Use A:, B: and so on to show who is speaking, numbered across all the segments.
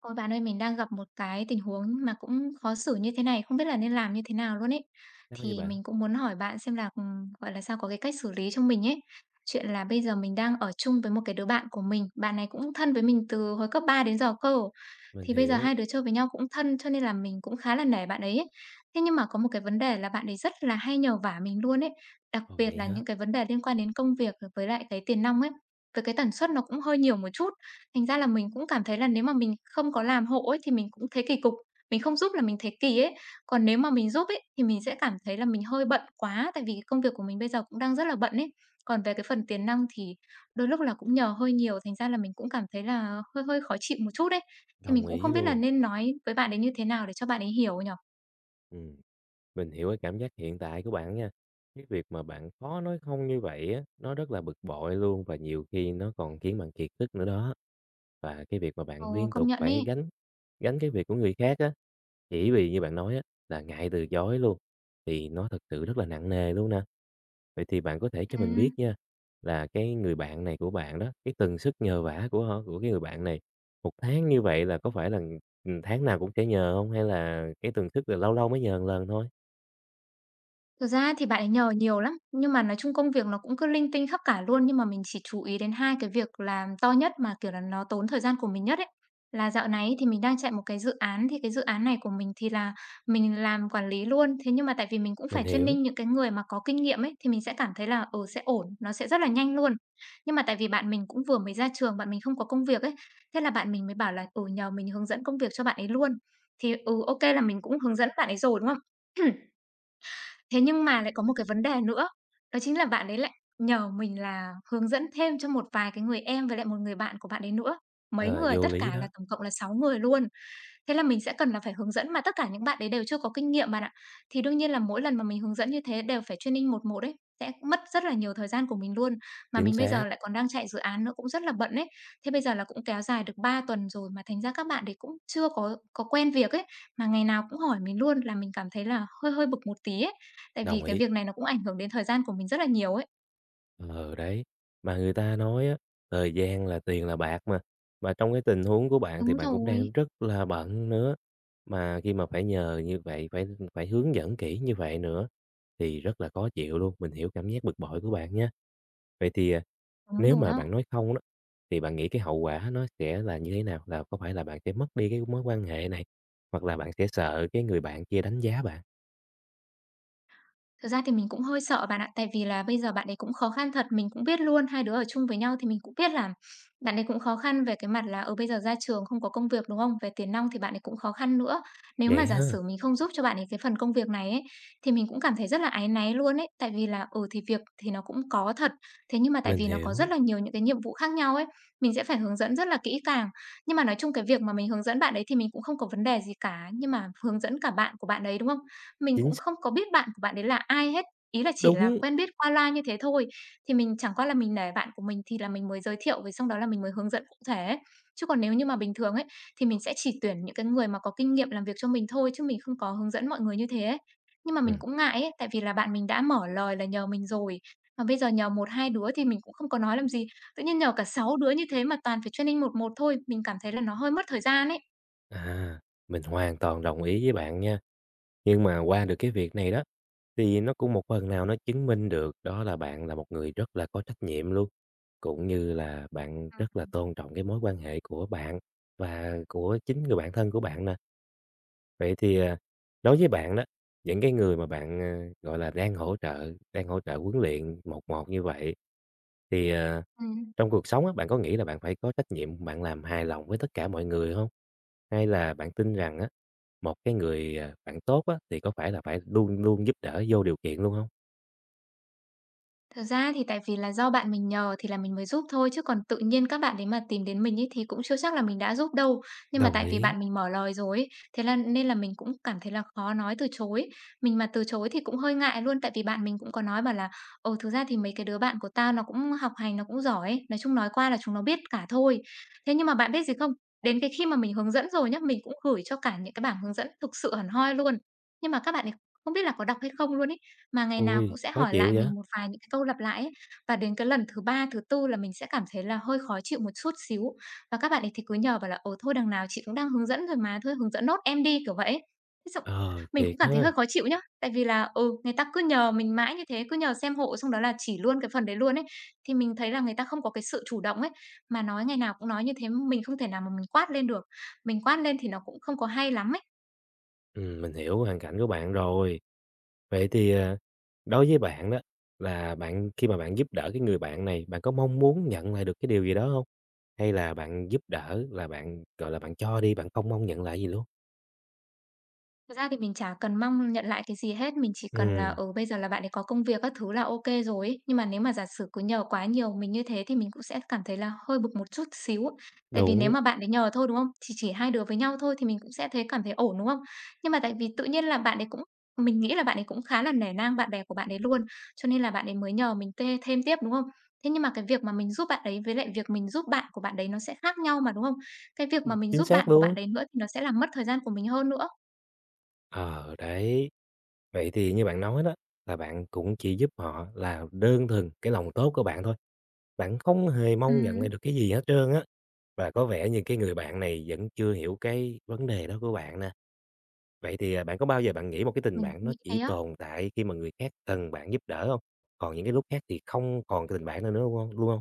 A: Ôi bạn ơi, mình đang gặp một cái tình huống mà cũng khó xử như thế này, không biết là nên làm như thế nào luôn ấy.
B: Sao vậy
A: Thì
B: bạn?
A: mình cũng muốn hỏi bạn xem là, gọi là sao, có cái cách xử lý cho mình ấy. Chuyện là bây giờ mình đang ở chung với một cái đứa bạn của mình, bạn này cũng thân với mình từ hồi cấp 3 đến giờ cơ.
B: Mình
A: Thì bây giờ
B: hiểu.
A: hai đứa chơi với nhau cũng thân cho nên là mình cũng khá là nể bạn ấy ấy. Thế nhưng mà có một cái vấn đề là bạn ấy rất là hay nhờ vả mình luôn ấy, đặc
B: Ồ,
A: biệt
B: vậy
A: là
B: hả?
A: những cái vấn đề liên quan đến công việc với lại cái tiền nong ấy, với cái tần suất nó cũng hơi nhiều một chút. Thành ra là mình cũng cảm thấy là nếu mà mình không có làm hộ ấy thì mình cũng thấy kỳ cục, mình không giúp là mình thấy kỳ ấy. Còn nếu mà mình giúp ấy thì mình sẽ cảm thấy là mình hơi bận quá, tại vì cái công việc của mình bây giờ cũng đang rất là bận ấy. Còn về cái phần tiền nong thì đôi lúc là cũng nhờ hơi nhiều, thành ra là mình cũng cảm thấy là hơi hơi khó chịu một chút đấy. Thì mình
B: Đồng
A: cũng
B: ý
A: không biết là
B: luôn.
A: nên nói với bạn ấy như thế nào để cho bạn ấy hiểu nhỉ?
B: Ừm, Mình hiểu cái cảm giác hiện tại của bạn nha. Cái việc mà bạn khó nói không như vậy á, nó rất là bực bội luôn và nhiều khi nó còn khiến bạn kiệt sức nữa đó. Và cái việc mà bạn
A: Ồ,
B: liên
A: công
B: tục
A: nhận
B: phải
A: ấy.
B: gánh gánh cái việc của người khác á, chỉ vì như bạn nói á, là ngại từ chối luôn, thì nó thật sự rất là nặng nề luôn nè. Vậy thì bạn có thể cho mình biết
A: Ừm.
B: nha, là cái người bạn này của bạn đó, cái tần suất nhờ vả của cái người bạn này, một tháng như vậy là có phải là, ừ, tháng nào cũng sẽ nhờ không? Hay là cái tần suất là lâu lâu mới nhờ một lần thôi?
A: Thực ra thì bạn ấy nhờ nhiều lắm, nhưng mà nói chung công việc nó cũng cứ linh tinh khắp cả luôn, nhưng mà mình chỉ chú ý đến 2 cái việc làm to nhất mà, kiểu là, nó tốn thời gian của mình nhất ấy. Là dạo này ấy thì mình đang chạy một cái dự án, thì cái dự án này của mình thì là mình làm quản lý luôn. Thế nhưng mà tại vì mình cũng
B: Mình
A: phải
B: hiểu.
A: training những cái người mà có kinh nghiệm ấy, thì mình sẽ cảm thấy là, ừ, sẽ ổn, nó sẽ rất là nhanh luôn. Nhưng mà tại vì bạn mình cũng vừa mới ra trường, bạn mình không có công việc ấy, thế là bạn mình mới bảo là, ừ, nhờ mình hướng dẫn công việc cho bạn ấy luôn. Thì, ừ, ok là mình cũng hướng dẫn bạn ấy rồi, đúng không? Thế nhưng mà lại có một cái vấn đề nữa, đó chính là bạn ấy lại nhờ mình là hướng dẫn thêm cho một vài cái người em với lại một người bạn của bạn ấy nữa. Mấy
B: Ờ,
A: người,
B: vô
A: tất
B: lý
A: cả là
B: đó.
A: tổng cộng là 6 người luôn. Thế là mình sẽ cần là phải hướng dẫn mà tất cả những bạn đấy đều chưa có kinh nghiệm bạn ạ. Thì đương nhiên là mỗi lần mà mình hướng dẫn như thế đều phải training một một ấy, sẽ mất rất là nhiều thời gian của mình luôn. Mà
B: Chính
A: mình bây
B: xác.
A: giờ lại còn đang chạy dự án nữa cũng rất là bận ấy. Thế bây giờ là cũng kéo dài được 3 tuần rồi mà thành ra các bạn đấy cũng chưa có quen việc ấy, mà ngày nào cũng hỏi mình luôn là mình cảm thấy là hơi hơi bực một tí ấy. Tại vì
B: Đồng
A: cái
B: ý.
A: việc này nó cũng ảnh hưởng đến thời gian của mình rất là nhiều ấy.
B: Ờ, đấy, mà người ta nói á, thời gian là tiền là bạc mà trong cái tình huống của bạn thì
A: Đúng
B: bạn cũng
A: rồi,
B: đang rất là bận nữa, mà khi mà phải nhờ như vậy, phải phải hướng dẫn kỹ như vậy nữa thì rất là khó chịu luôn, mình hiểu cảm giác bực bội của bạn nhé. Vậy thì,
A: đúng
B: nếu
A: rồi
B: mà
A: á.
B: bạn nói "không" đó, thì bạn nghĩ cái hậu quả nó sẽ là như thế nào? Là có phải là bạn sẽ mất đi cái mối quan hệ này, hoặc là bạn sẽ sợ cái người bạn kia đánh giá bạn?
A: Thật ra thì mình cũng hơi sợ bạn ạ, tại vì là bây giờ bạn ấy cũng khó khăn thật, mình cũng biết luôn, hai đứa ở chung với nhau thì mình cũng biết là bạn ấy cũng khó khăn về cái mặt là, ở bây giờ ra trường không có công việc, đúng không? Về tiền nong thì bạn ấy cũng khó khăn nữa. Nếu mà
B: Vậy
A: giả
B: ha.
A: sử mình không giúp cho bạn ấy cái phần công việc này ấy, thì mình cũng cảm thấy rất là áy náy luôn ấy, tại vì là, ừ, thì việc thì nó cũng có thật, thế nhưng mà tại
B: Mình
A: vì nó có rất
B: hiểu.
A: là nhiều những cái nhiệm vụ khác nhau ấy, mình sẽ phải hướng dẫn rất là kỹ càng. Nhưng mà nói chung cái việc mà mình hướng dẫn bạn ấy thì mình cũng không có vấn đề gì cả, nhưng mà hướng dẫn cả bạn của bạn ấy, đúng không? Mình
B: Chính
A: cũng
B: xác.
A: không có biết bạn của bạn ấy là ai hết, ý là chỉ là
B: Đúng.
A: quen biết qua loa như thế thôi. Thì mình chẳng qua là mình nể bạn của mình thì là mình mới giới thiệu với xong đó là mình mới hướng dẫn cụ thể ấy. Chứ còn nếu như mà bình thường ấy, thì mình sẽ chỉ tuyển những cái người mà có kinh nghiệm làm việc cho mình thôi chứ mình không có hướng dẫn mọi người như thế ấy. Nhưng mà mình
B: Ừm,
A: cũng ngại ấy, tại vì là bạn mình đã mở lời là nhờ mình rồi, mà bây giờ nhờ một 2 đứa thì mình cũng không có nói làm gì, tự nhiên nhờ cả 6 đứa như thế mà toàn phải training một một thôi, mình cảm thấy là nó hơi mất thời gian ấy.
B: à, mình hoàn toàn đồng ý với bạn nha. Nhưng mà qua được cái việc này đó, thì nó cũng một phần nào nó chứng minh được đó là bạn là một người rất là có trách nhiệm luôn, cũng như là bạn rất
A: Ừm.
B: là tôn trọng cái mối quan hệ của bạn và của chính người bạn thân của bạn nè. Vậy thì, đối với bạn đó, những cái người mà bạn, gọi là, đang hỗ trợ huấn luyện một một như vậy, thì, trong cuộc sống á, bạn có nghĩ là bạn phải có trách nhiệm bạn làm hài lòng với tất cả mọi người không? Hay là bạn tin rằng á, một cái người, bạn tốt á, thì có phải là phải luôn luôn giúp đỡ vô điều kiện luôn không?
A: Thật ra thì tại vì là do bạn mình nhờ thì là mình mới giúp thôi, chứ còn tự nhiên các bạn đấy mà tìm đến mình ấy thì cũng chưa chắc là mình đã giúp đâu. Nhưng mà
B: Đồng
A: tại vì
B: ý.
A: bạn mình mở lời rồi ấy, thế là nên là mình cũng cảm thấy là khó nói từ chối. Mình mà từ chối thì cũng hơi ngại luôn, tại vì bạn mình cũng có nói bảo là "ồ, thực ra thì mấy cái đứa bạn của tao nó cũng học hành, nó cũng giỏi ấy, nói chung nói qua là chúng nó biết cả thôi." Thế nhưng mà bạn biết gì không? Đến cái khi mà mình hướng dẫn rồi nhá, mình cũng gửi cho cả những cái bảng hướng dẫn thực sự hẳn hoi luôn, nhưng mà các bạn ấy không biết là có đọc hay không luôn ấy, mà ngày nào cũng
B: Ôi,
A: sẽ
B: khó
A: hỏi lại
B: chịu vậy?
A: mình một vài những cái câu lặp lại ấy. Và đến cái lần thứ 3 thứ tư là mình sẽ cảm thấy là hơi khó chịu một chút xíu. Và các bạn ấy thì cứ nhờ bảo là "ồ thôi, đằng nào chị cũng đang hướng dẫn rồi mà, thôi hướng dẫn nốt em đi", kiểu vậy. Thế xong
B: Ờ,
A: mình cũng
B: thiệt
A: cảm thấy hơi
B: ha.
A: khó chịu nhá, tại vì là, ừ, người ta cứ nhờ mình mãi như thế, cứ nhờ xem hộ xong đó là chỉ luôn cái phần đấy luôn ấy, thì mình thấy là người ta không có cái sự chủ động ấy. Mà nói ngày nào cũng nói như thế, mình không thể nào mà mình quát lên được, mình quát lên thì nó cũng không có hay lắm ấy.
B: Mình hiểu hoàn cảnh của bạn rồi. Vậy thì, đối với bạn đó, là bạn khi mà bạn giúp đỡ cái người bạn này, bạn có mong muốn nhận lại được cái điều gì đó không? Hay là bạn giúp đỡ là bạn, gọi là, bạn cho đi, bạn không mong nhận lại gì luôn?
A: Thật ra thì mình chả cần mong nhận lại cái gì hết, mình chỉ cần là,
B: Ừm.
A: ừ, bây giờ là bạn ấy có công việc các thứ là ok rồi ấy. Nhưng mà nếu mà giả sử cứ nhờ quá nhiều mình như thế thì mình cũng sẽ cảm thấy là hơi bực một chút xíu. Tại vì nếu
B: Đúng.
A: mà bạn ấy nhờ thôi, đúng không? Thì chỉ hai đứa với nhau thôi thì mình cũng sẽ thấy cảm thấy ổn, đúng không? Nhưng mà tại vì tự nhiên là bạn ấy cũng mình nghĩ là bạn ấy cũng khá là nể nang bạn bè của bạn ấy luôn, cho nên là bạn ấy mới nhờ mình tê thêm tiếp, đúng không? Thế nhưng mà cái việc mà mình giúp bạn ấy với lại việc mình giúp bạn của bạn đấy nó sẽ khác nhau mà, đúng không? Cái việc mà mình
B: Chính
A: giúp
B: xác
A: bạn của bạn
B: luôn.
A: đấy nữa thì nó sẽ làm mất thời gian của mình hơn nữa.
B: Ờ, đấy, vậy thì như bạn nói đó, là bạn cũng chỉ giúp họ là đơn thuần cái lòng tốt của bạn thôi, bạn không hề mong nhận lại
A: Ừm.
B: được cái gì hết trơn á, và có vẻ như cái người bạn này vẫn chưa hiểu cái vấn đề đó của bạn nè. Vậy thì, bạn có bao giờ bạn nghĩ một cái tình
A: Mình
B: bạn
A: cũng
B: nó
A: nghĩ thế
B: chỉ
A: á.
B: tồn tại khi mà người khác cần bạn giúp đỡ không? Còn những cái lúc khác thì không còn cái tình bạn nữa nữa luôn hông luôn không?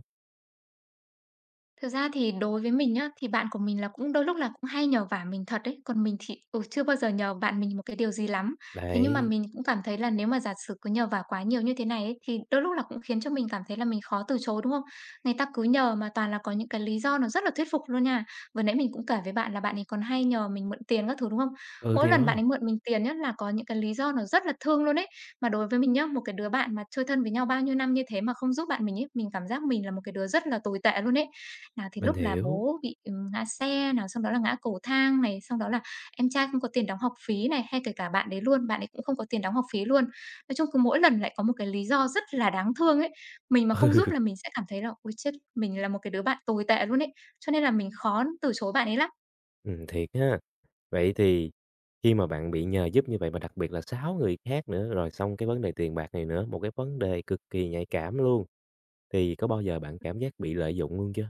A: Thực ra thì đối với mình nhá, thì bạn của mình là cũng đôi lúc là cũng hay nhờ vả mình thật đấy, còn mình thì, ừ, chưa bao giờ nhờ bạn mình một cái điều gì lắm. Thế nhưng mà
B: Đấy.
A: mình cũng cảm thấy là nếu mà giả sử cứ nhờ vả quá nhiều như thế này ấy, thì đôi lúc là cũng khiến cho mình cảm thấy là mình khó từ chối, đúng không? Người ta cứ nhờ mà toàn là có những cái lý do nó rất là thuyết phục luôn nha. Vừa nãy mình cũng kể với bạn là bạn ấy còn hay nhờ mình mượn tiền các thứ, đúng không?
B: Ừ,
A: Mỗi
B: thì
A: lần bạn
B: đó.
A: ấy mượn mình tiền nhá, là có những cái lý do nó rất là thương luôn ấy. Mà đối với mình nhá, một cái đứa bạn mà chơi thân với nhau bao nhiêu năm như thế mà không giúp bạn mình ấy, mình cảm giác mình là một cái đứa rất là tồi tệ luôn ấy. Nào thì
B: Mình
A: lúc là
B: hiểu.
A: bố bị, ngã xe, nào xong đó là ngã cầu thang này, xong đó là em trai không có tiền đóng học phí này, hay kể cả bạn đấy luôn, bạn ấy cũng không có tiền đóng học phí luôn. Nói chung cứ mỗi lần lại có một cái lý do rất là đáng thương ấy, mình mà không giúp là mình sẽ cảm thấy là "Ôi, chết, mình là một cái đứa bạn tồi tệ luôn ấy." Cho nên là mình khó từ chối bạn ấy lắm.
B: Thiệt ha. Vậy thì khi mà bạn bị nhờ giúp như vậy mà đặc biệt là 6 người khác nữa, rồi xong cái vấn đề tiền bạc này nữa, một cái vấn đề cực kỳ nhạy cảm luôn, thì có bao giờ bạn cảm giác bị lợi dụng luôn chưa?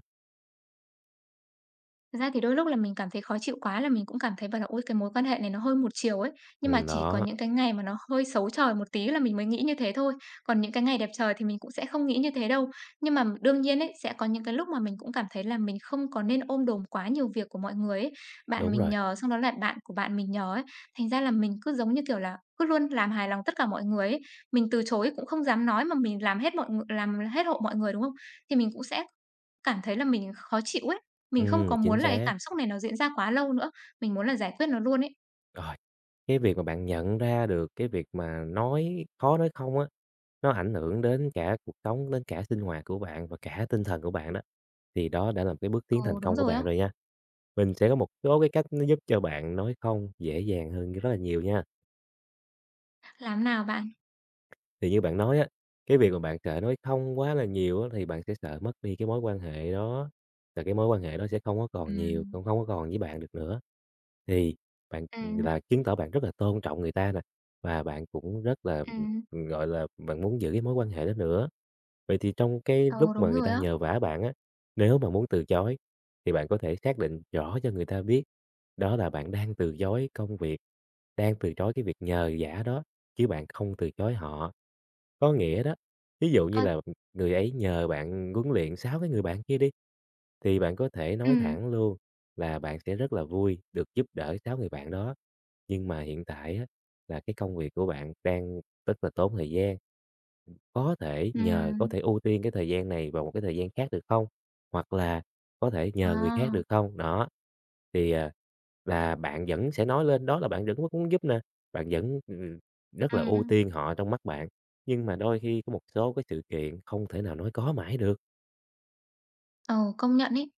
A: Thật ra thì đôi lúc là mình cảm thấy khó chịu quá là mình cũng cảm thấy bảo là "Ôi, cái mối quan hệ này nó hơi một chiều ấy." Nhưng mà chỉ có
B: Đó.
A: những cái ngày mà nó hơi xấu trời một tí là mình mới nghĩ như thế thôi, còn những cái ngày đẹp trời thì mình cũng sẽ không nghĩ như thế đâu. Nhưng mà đương nhiên ấy, sẽ có những cái lúc mà mình cũng cảm thấy là mình không có nên ôm đồm quá nhiều việc của mọi người ấy. Bạn
B: Đúng
A: mình
B: rồi.
A: nhờ, xong đó là bạn của bạn mình nhờ ấy, thành ra là mình cứ, giống như kiểu là, cứ luôn làm hài lòng tất cả mọi người ấy. Mình từ chối cũng không dám nói mà mình làm hết mọi ng làm hết hộ mọi người, đúng không? Thì mình cũng sẽ cảm thấy là mình khó chịu ấy. Mình không có
B: Ừm,
A: muốn
B: chính
A: là cái
B: xác.
A: cảm xúc này nó diễn ra quá lâu nữa, mình muốn là giải quyết nó luôn ấy.
B: Rồi, cái việc mà bạn nhận ra được cái việc mà khó nói không á, nó ảnh hưởng đến cả cuộc sống, đến cả sinh hoạt của bạn và cả tinh thần của bạn đó, thì đó đã là một cái bước tiến
A: Ừ,
B: thành
A: đúng
B: công của
A: rồi á.
B: bạn rồi nha. Mình sẽ có một số cái cách nó giúp cho bạn nói không dễ dàng hơn rất là nhiều nha.
A: Làm nào bạn?
B: Thì như bạn nói á, cái việc mà bạn sợ nói "không" quá là nhiều á, thì bạn sẽ sợ mất đi cái mối quan hệ đó, là cái mối quan hệ đó sẽ không có còn nhiều,
A: Ừm,
B: cũng không có còn với bạn được nữa. Thì bạn
A: ừm,
B: là chứng tỏ bạn rất là tôn trọng người ta nè, và bạn cũng rất là,
A: ừm,
B: gọi là, bạn muốn giữ cái mối quan hệ đó nữa. Vậy thì trong cái
A: ừ,
B: lúc mà
A: đúng
B: người
A: rồi
B: ta
A: á.
B: nhờ vả bạn á, nếu mà muốn từ chối thì bạn có thể xác định rõ cho người ta biết đó là bạn đang từ chối công việc, đang từ chối cái việc nhờ vả đó. Chứ bạn không từ chối họ. Có nghĩa đó, ví dụ như
A: Ơ,
B: là người ấy nhờ bạn huấn luyện 6 cái người bạn kia đi, thì bạn có thể nói
A: ừm,
B: thẳng luôn là bạn sẽ rất là vui được giúp đỡ sáu người bạn đó. Nhưng mà hiện tại á, là cái công việc của bạn đang rất là tốn thời gian. Có thể nhờ có
A: ừm,
B: thể ưu tiên cái thời gian này vào một cái thời gian khác được không? Hoặc là có thể nhờ người khác
A: à,
B: được không? Đó, thì là bạn vẫn sẽ nói lên đó là bạn vẫn muốn giúp nè, bạn vẫn ừ, rất là ưu
A: ừm,
B: tiên họ trong mắt bạn. Nhưng mà đôi khi có một số cái sự kiện không thể nào nói có mãi được.
A: ừ, công nhận ấy.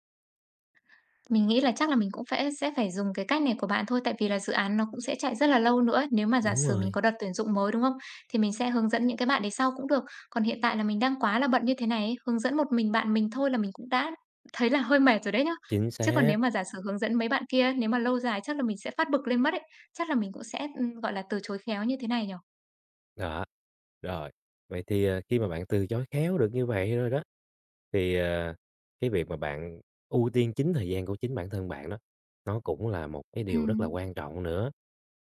A: Mình nghĩ là chắc là mình cũng phẽ sẽ phải dùng cái cách này của bạn thôi, tại vì là dự án nó cũng sẽ chạy rất là lâu nữa. Nếu mà giả
B: Đúng
A: sử mình
B: rồi.
A: có đợt tuyển dụng mới, đúng không? Thì mình sẽ hướng dẫn những cái bạn đấy sau cũng được. Còn hiện tại là mình đang quá là bận như thế này ấy, hướng dẫn một mình bạn mình thôi là mình cũng đã thấy là hơi mệt rồi đấy nhá.
B: Chính
A: Chứ còn
B: xác.
A: nếu mà giả sử hướng dẫn mấy bạn kia, nếu mà lâu dài chắc là mình sẽ phát bực lên mất ấy. Chắc là mình cũng sẽ, gọi là, từ chối khéo như thế này nhỉ?
B: Đó, rồi, vậy thì, khi mà bạn từ chối khéo được như vậy rồi đó, thì, cái việc mà bạn ưu tiên chính thời gian của chính bản thân bạn đó, nó cũng là một cái điều rất là
A: Ừm.
B: quan trọng nữa.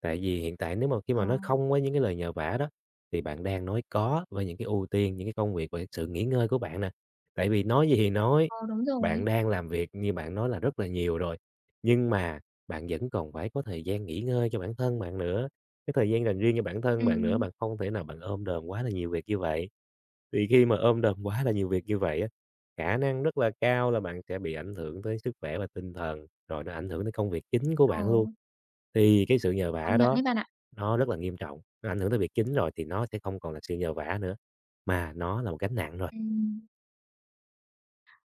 B: Tại vì hiện tại nếu mà khi
A: Ờ.
B: mà nói không với những cái lời nhờ vả đó, thì bạn đang nói có với những cái ưu tiên, những cái công việc và sự nghỉ ngơi của bạn nè. Tại vì nói gì thì nói,
A: Ờ, đúng rồi.
B: bạn đang làm việc như bạn nói là rất là nhiều rồi, nhưng mà bạn vẫn còn phải có thời gian nghỉ ngơi cho bản thân bạn nữa, cái thời gian dành riêng cho bản thân bạn nữa,
A: Ừm.
B: bạn không thể nào bạn ôm đồm quá là nhiều việc như vậy. Thì khi mà ôm đồm quá là nhiều việc như vậy á, khả năng rất là cao là bạn sẽ bị ảnh hưởng tới sức khỏe và tinh thần, rồi nó ảnh hưởng tới công việc chính của
A: Ờ,
B: bạn luôn. Thì cái sự nhờ vả
A: công nhận
B: đó
A: đấy bạn ạ.
B: nó rất là nghiêm trọng, nó ảnh hưởng tới việc chính rồi thì nó sẽ không còn là sự nhờ vả nữa, mà nó là một gánh nặng rồi.
A: Ừm.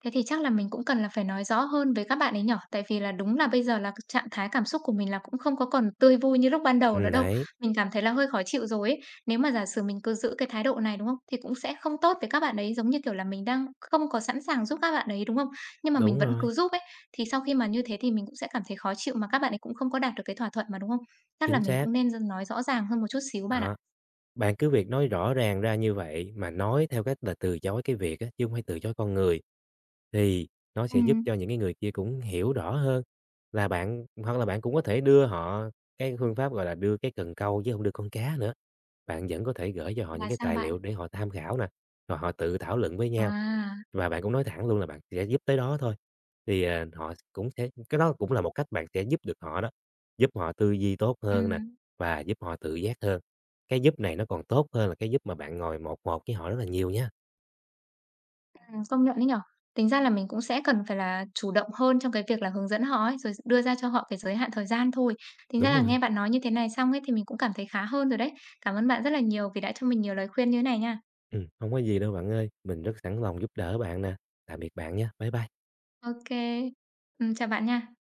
A: Thế thì chắc là mình cũng cần là phải nói rõ hơn với các bạn ấy nhỉ? Tại vì là đúng là bây giờ là trạng thái cảm xúc của mình là cũng không có còn tươi vui như lúc ban đầu nữa đâu.
B: Đấy.
A: Mình cảm thấy là hơi khó chịu rồi ấy. Nếu mà giả sử mình cứ giữ cái thái độ này đúng không? Thì cũng sẽ không tốt với các bạn ấy giống như kiểu là mình đang không có sẵn sàng giúp các bạn ấy đúng không? Nhưng mà mình
B: Đúng
A: vẫn
B: rồi.
A: cứ giúp ấy. Thì sau khi mà như thế thì mình cũng sẽ cảm thấy khó chịu mà các bạn ấy cũng không có đạt được cái thỏa thuận mà đúng không? Chắc là
B: Chính
A: mình
B: xác.
A: cũng nên nói rõ ràng hơn một chút xíu bạn ạ.
B: Đó. Bạn cứ việc nói rõ ràng ra như vậy mà nói theo cách là từ chối cái việc á, chứ không phải từ chối con người, thì nó sẽ giúp
A: Ừm.
B: cho những cái người kia cũng hiểu rõ hơn là bạn hoặc là bạn cũng có thể đưa họ cái phương pháp, gọi là, đưa cái cần câu chứ không đưa con cá nữa. Bạn vẫn có thể gửi cho họ
A: Là
B: những cái
A: sao
B: tài
A: bạn?
B: liệu để họ tham khảo nè, rồi họ tự thảo luận với nhau.
A: À,
B: Và bạn cũng nói thẳng luôn là bạn sẽ giúp tới đó thôi, thì, họ cũng sẽ cái đó cũng là một cách bạn sẽ giúp được họ đó, giúp họ tư duy tốt
A: ừ.
B: hơn nè, và giúp họ tự giác hơn. Cái giúp này nó còn tốt hơn là cái giúp mà bạn ngồi một một với họ rất là nhiều nha.
A: Công nhận đấy nhở. Tính ra là mình cũng sẽ cần phải là chủ động hơn trong cái việc là hướng dẫn họ ấy, rồi đưa ra cho họ cái giới hạn thời gian thôi. Tính ra
B: Đúng
A: là nghe
B: rồi.
A: bạn nói như thế này xong ấy, thì mình cũng cảm thấy khá hơn rồi đấy. Cảm ơn bạn rất là nhiều vì đã cho mình nhiều lời khuyên như thế này nha.
B: Ừm, hông có gì đâu bạn ơi, mình rất sẵn lòng giúp đỡ bạn nè. Tạm biệt bạn nha, bye bye.
A: Ok, kê. Chào bạn nha.